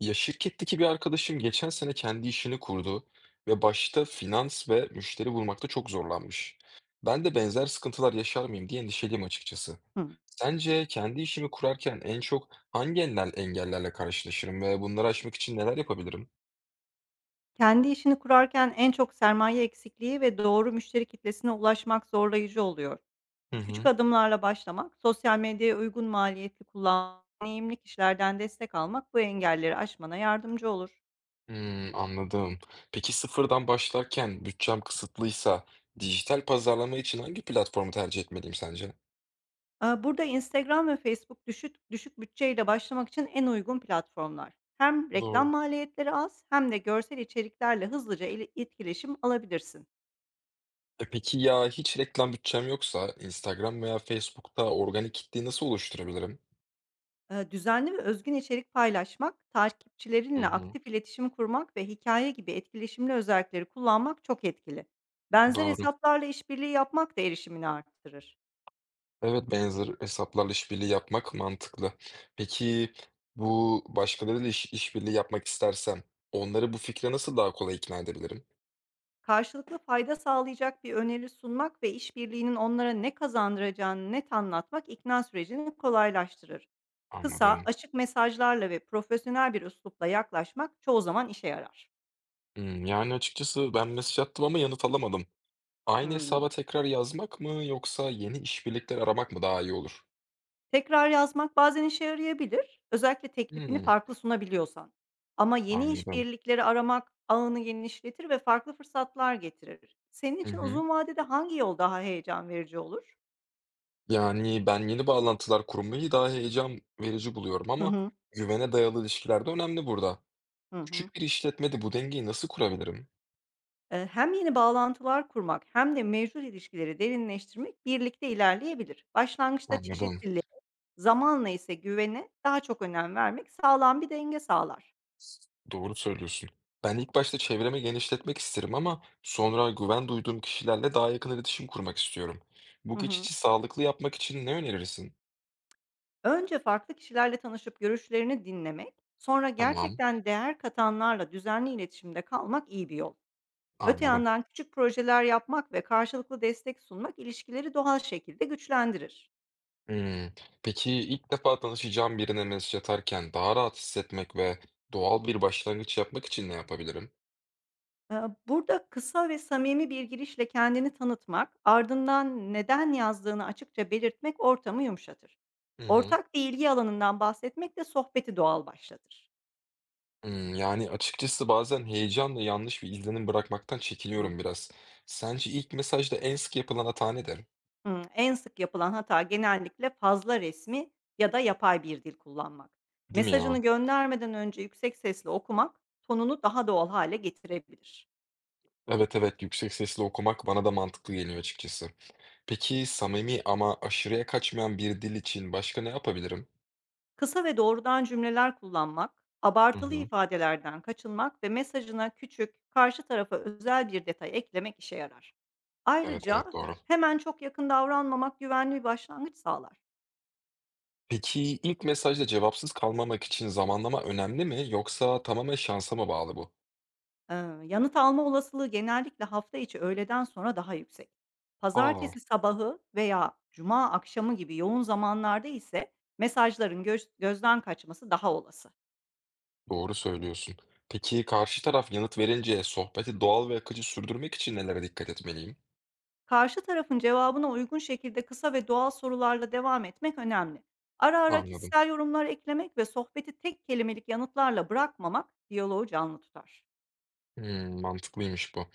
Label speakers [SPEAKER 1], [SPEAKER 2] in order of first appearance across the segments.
[SPEAKER 1] Ya, şirketteki bir arkadaşım geçen sene kendi işini kurdu ve başta finans ve müşteri bulmakta çok zorlanmış. Ben de benzer sıkıntılar yaşar mıyım diye endişeliyim açıkçası.
[SPEAKER 2] Hımm.
[SPEAKER 1] Sence kendi işimi kurarken en çok hangi engellerle karşılaşırım ve bunları aşmak için neler yapabilirim?
[SPEAKER 2] Kendi işini kurarken en çok sermaye eksikliği ve doğru müşteri kitlesine ulaşmak zorlayıcı oluyor.
[SPEAKER 1] Hı
[SPEAKER 2] Küçük
[SPEAKER 1] hı.
[SPEAKER 2] adımlarla başlamak, sosyal medyaya uygun maliyetli kullanmak, deneyimli kişilerden destek almak bu engelleri aşmana yardımcı olur.
[SPEAKER 1] Hmm, anladım. Peki sıfırdan başlarken bütçem kısıtlıysa dijital pazarlama için hangi platformu tercih etmeliyim sence?
[SPEAKER 2] Burada Instagram ve Facebook düşük bütçeyle başlamak için en uygun platformlar. Hem reklam
[SPEAKER 1] Doğru.
[SPEAKER 2] maliyetleri az hem de görsel içeriklerle hızlıca ele etkileşim alabilirsin.
[SPEAKER 1] E, peki ya hiç reklam bütçem yoksa Instagram veya Facebook'ta organik kitleyi nasıl oluşturabilirim?
[SPEAKER 2] Düzenli ve özgün içerik paylaşmak,
[SPEAKER 1] Hı
[SPEAKER 2] takipçilerinle
[SPEAKER 1] hı.
[SPEAKER 2] aktif iletişim kurmak ve hikaye gibi etkileşimli özellikleri kullanmak çok etkili. Benzer
[SPEAKER 1] Doğru.
[SPEAKER 2] hesaplarla işbirliği yapmak da erişimini arttırır.
[SPEAKER 1] Evet, benzer hesaplarla işbirliği yapmak mantıklı. Peki bu başkalarıyla işbirliği yapmak istersem onları bu fikre nasıl daha kolay ikna edebilirim?
[SPEAKER 2] Karşılıklı fayda sağlayacak bir öneri sunmak ve işbirliğinin onlara ne kazandıracağını net anlatmak ikna sürecini kolaylaştırır. Kısa,
[SPEAKER 1] Anladım.
[SPEAKER 2] açık mesajlarla ve profesyonel bir üslupla yaklaşmak çoğu zaman işe yarar.
[SPEAKER 1] Hmm, yani açıkçası ben mesaj attım ama yanıt alamadım. Aynı
[SPEAKER 2] Hımm.
[SPEAKER 1] hesaba tekrar yazmak mı yoksa yeni işbirlikleri aramak mı daha iyi olur?
[SPEAKER 2] Tekrar yazmak bazen işe yarayabilir, özellikle teklifini
[SPEAKER 1] Hmm,
[SPEAKER 2] farklı sunabiliyorsan. Ama yeni
[SPEAKER 1] anladım.
[SPEAKER 2] işbirlikleri aramak ağını genişletir ve farklı fırsatlar getirir. Senin
[SPEAKER 1] Hı
[SPEAKER 2] için
[SPEAKER 1] hı.
[SPEAKER 2] uzun vadede hangi yol daha heyecan verici olur?
[SPEAKER 1] Yani, ben yeni bağlantılar kurmayı daha heyecan verici buluyorum
[SPEAKER 2] Hı
[SPEAKER 1] ama
[SPEAKER 2] hı.
[SPEAKER 1] güvene dayalı ilişkiler de önemli burada.
[SPEAKER 2] Hı hı.
[SPEAKER 1] Küçük bir işletmede bu dengeyi nasıl kurabilirim?
[SPEAKER 2] Hem yeni bağlantılar kurmak hem de mevcut ilişkileri derinleştirmek birlikte ilerleyebilir. Başlangıçta
[SPEAKER 1] Anladım.
[SPEAKER 2] çeşitliliğe, zamanla ise güvene daha çok önem vermek sağlam bir denge sağlar.
[SPEAKER 1] Doğru söylüyorsun. Ben ilk başta çevremi genişletmek isterim ama sonra güven duyduğum kişilerle daha yakın iletişim kurmak istiyorum.
[SPEAKER 2] Hı
[SPEAKER 1] Bu
[SPEAKER 2] hı.
[SPEAKER 1] geçici sağlıklı yapmak için ne önerirsin?
[SPEAKER 2] Önce farklı kişilerle tanışıp görüşlerini dinlemek, sonra
[SPEAKER 1] Tamam,
[SPEAKER 2] gerçekten değer katanlarla düzenli iletişimde kalmak iyi bir yol. Öte
[SPEAKER 1] anladım.
[SPEAKER 2] yandan küçük projeler yapmak ve karşılıklı destek sunmak ilişkileri doğal şekilde güçlendirir.
[SPEAKER 1] Hmm, peki ilk defa tanışacağım birine mesaj atarken daha rahat hissetmek ve doğal bir başlangıç yapmak için ne yapabilirim?
[SPEAKER 2] Ee, Burada kısa ve samimi bir girişle kendini tanıtmak, ardından neden yazdığını açıkça belirtmek ortamı yumuşatır.
[SPEAKER 1] Hı hı.
[SPEAKER 2] Ortak bir ilgi alanından bahsetmek de sohbeti doğal başlatır.
[SPEAKER 1] Hımm, yani, açıkçası bazen heyecanla yanlış bir izlenim bırakmaktan
[SPEAKER 2] Hı
[SPEAKER 1] çekiniyorum biraz. Sence ilk mesajda en sık yapılan hata nedir?
[SPEAKER 2] Hımm. En sık yapılan hata genellikle fazla resmi ya da yapay bir dil kullanmak.
[SPEAKER 1] Değil mi
[SPEAKER 2] Mesajını
[SPEAKER 1] ya?
[SPEAKER 2] göndermeden önce yüksek sesle okumak tonunu daha doğal hale getirebilir.
[SPEAKER 1] Evet, evet, yüksek sesle okumak bana da mantıklı geliyor açıkçası. Peki samimi ama aşırıya kaçmayan bir dil için başka ne yapabilirim?
[SPEAKER 2] Kısa ve doğrudan cümleler kullanmak,
[SPEAKER 1] Hı
[SPEAKER 2] abartılı
[SPEAKER 1] hı.
[SPEAKER 2] ifadelerden kaçınmak ve mesajına küçük, karşı tarafa özel bir detay eklemek işe yarar.
[SPEAKER 1] Evet, evet,
[SPEAKER 2] Ayrıca
[SPEAKER 1] doğru.
[SPEAKER 2] hemen çok yakın davranmamak güvenli bir başlangıç sağlar.
[SPEAKER 1] Peki ilk mesajda cevapsız kalmamak için zamanlama önemli mi yoksa tamamen şansa mı bağlı bu?
[SPEAKER 2] Eee, Yanıt alma olasılığı genellikle hafta içi öğleden sonra daha yüksek.
[SPEAKER 1] Aa,
[SPEAKER 2] Pazartesi sabahı veya cuma akşamı gibi yoğun zamanlarda ise mesajların gözden kaçması daha olası.
[SPEAKER 1] doğru söylüyorsun. Peki karşı taraf yanıt verince sohbeti doğal ve akıcı sürdürmek için nelere dikkat etmeliyim?
[SPEAKER 2] Karşı tarafın cevabına uygun şekilde kısa ve doğal sorularla devam etmek önemli. Ara ara
[SPEAKER 1] Anladım.
[SPEAKER 2] kişisel yorumlar eklemek ve sohbeti tek kelimelik yanıtlarla bırakmamak diyaloğu canlı tutar.
[SPEAKER 1] Hımm, mantıklıymış bu.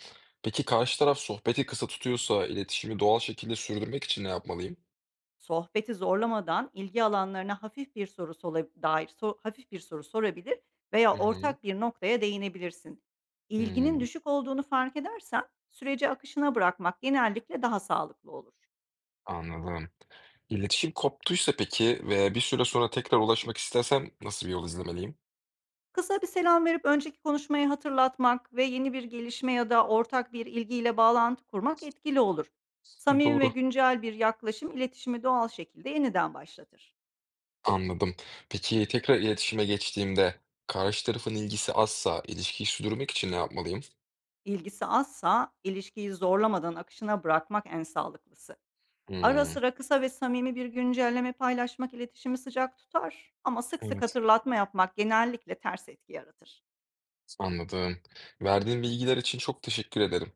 [SPEAKER 1] Peki karşı taraf sohbeti kısa tutuyorsa iletişimi doğal şekilde sürdürmek için ne yapmalıyım?
[SPEAKER 2] Sohbeti zorlamadan ilgi alanlarına hafif bir soru sorabilir veya
[SPEAKER 1] Hı hı.
[SPEAKER 2] ortak bir noktaya değinebilirsin. İlginin
[SPEAKER 1] Hımm,
[SPEAKER 2] düşük olduğunu fark edersen süreci akışına bırakmak genellikle daha sağlıklı olur.
[SPEAKER 1] anladım. İletişim koptuysa peki ve bir süre sonra tekrar ulaşmak istersem nasıl bir yol izlemeliyim?
[SPEAKER 2] Kısa bir selam verip önceki konuşmayı hatırlatmak ve yeni bir gelişme ya da ortak bir ilgiyle bağlantı kurmak etkili olur. Samimi ve
[SPEAKER 1] Doğru.
[SPEAKER 2] güncel bir yaklaşım iletişimi doğal şekilde yeniden başlatır.
[SPEAKER 1] Anladım. Peki tekrar iletişime geçtiğimde karşı tarafın ilgisi azsa ilişkiyi sürdürmek için ne yapmalıyım?
[SPEAKER 2] İlgisi azsa ilişkiyi zorlamadan akışına bırakmak en sağlıklısı. Ara
[SPEAKER 1] Hımm,
[SPEAKER 2] sıra kısa ve samimi bir güncelleme paylaşmak iletişimi sıcak tutar ama sık sık
[SPEAKER 1] evet,
[SPEAKER 2] hatırlatma yapmak genellikle ters etki yaratır.
[SPEAKER 1] anladım. Verdiğin bilgiler için çok teşekkür ederim.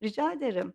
[SPEAKER 2] Rica ederim.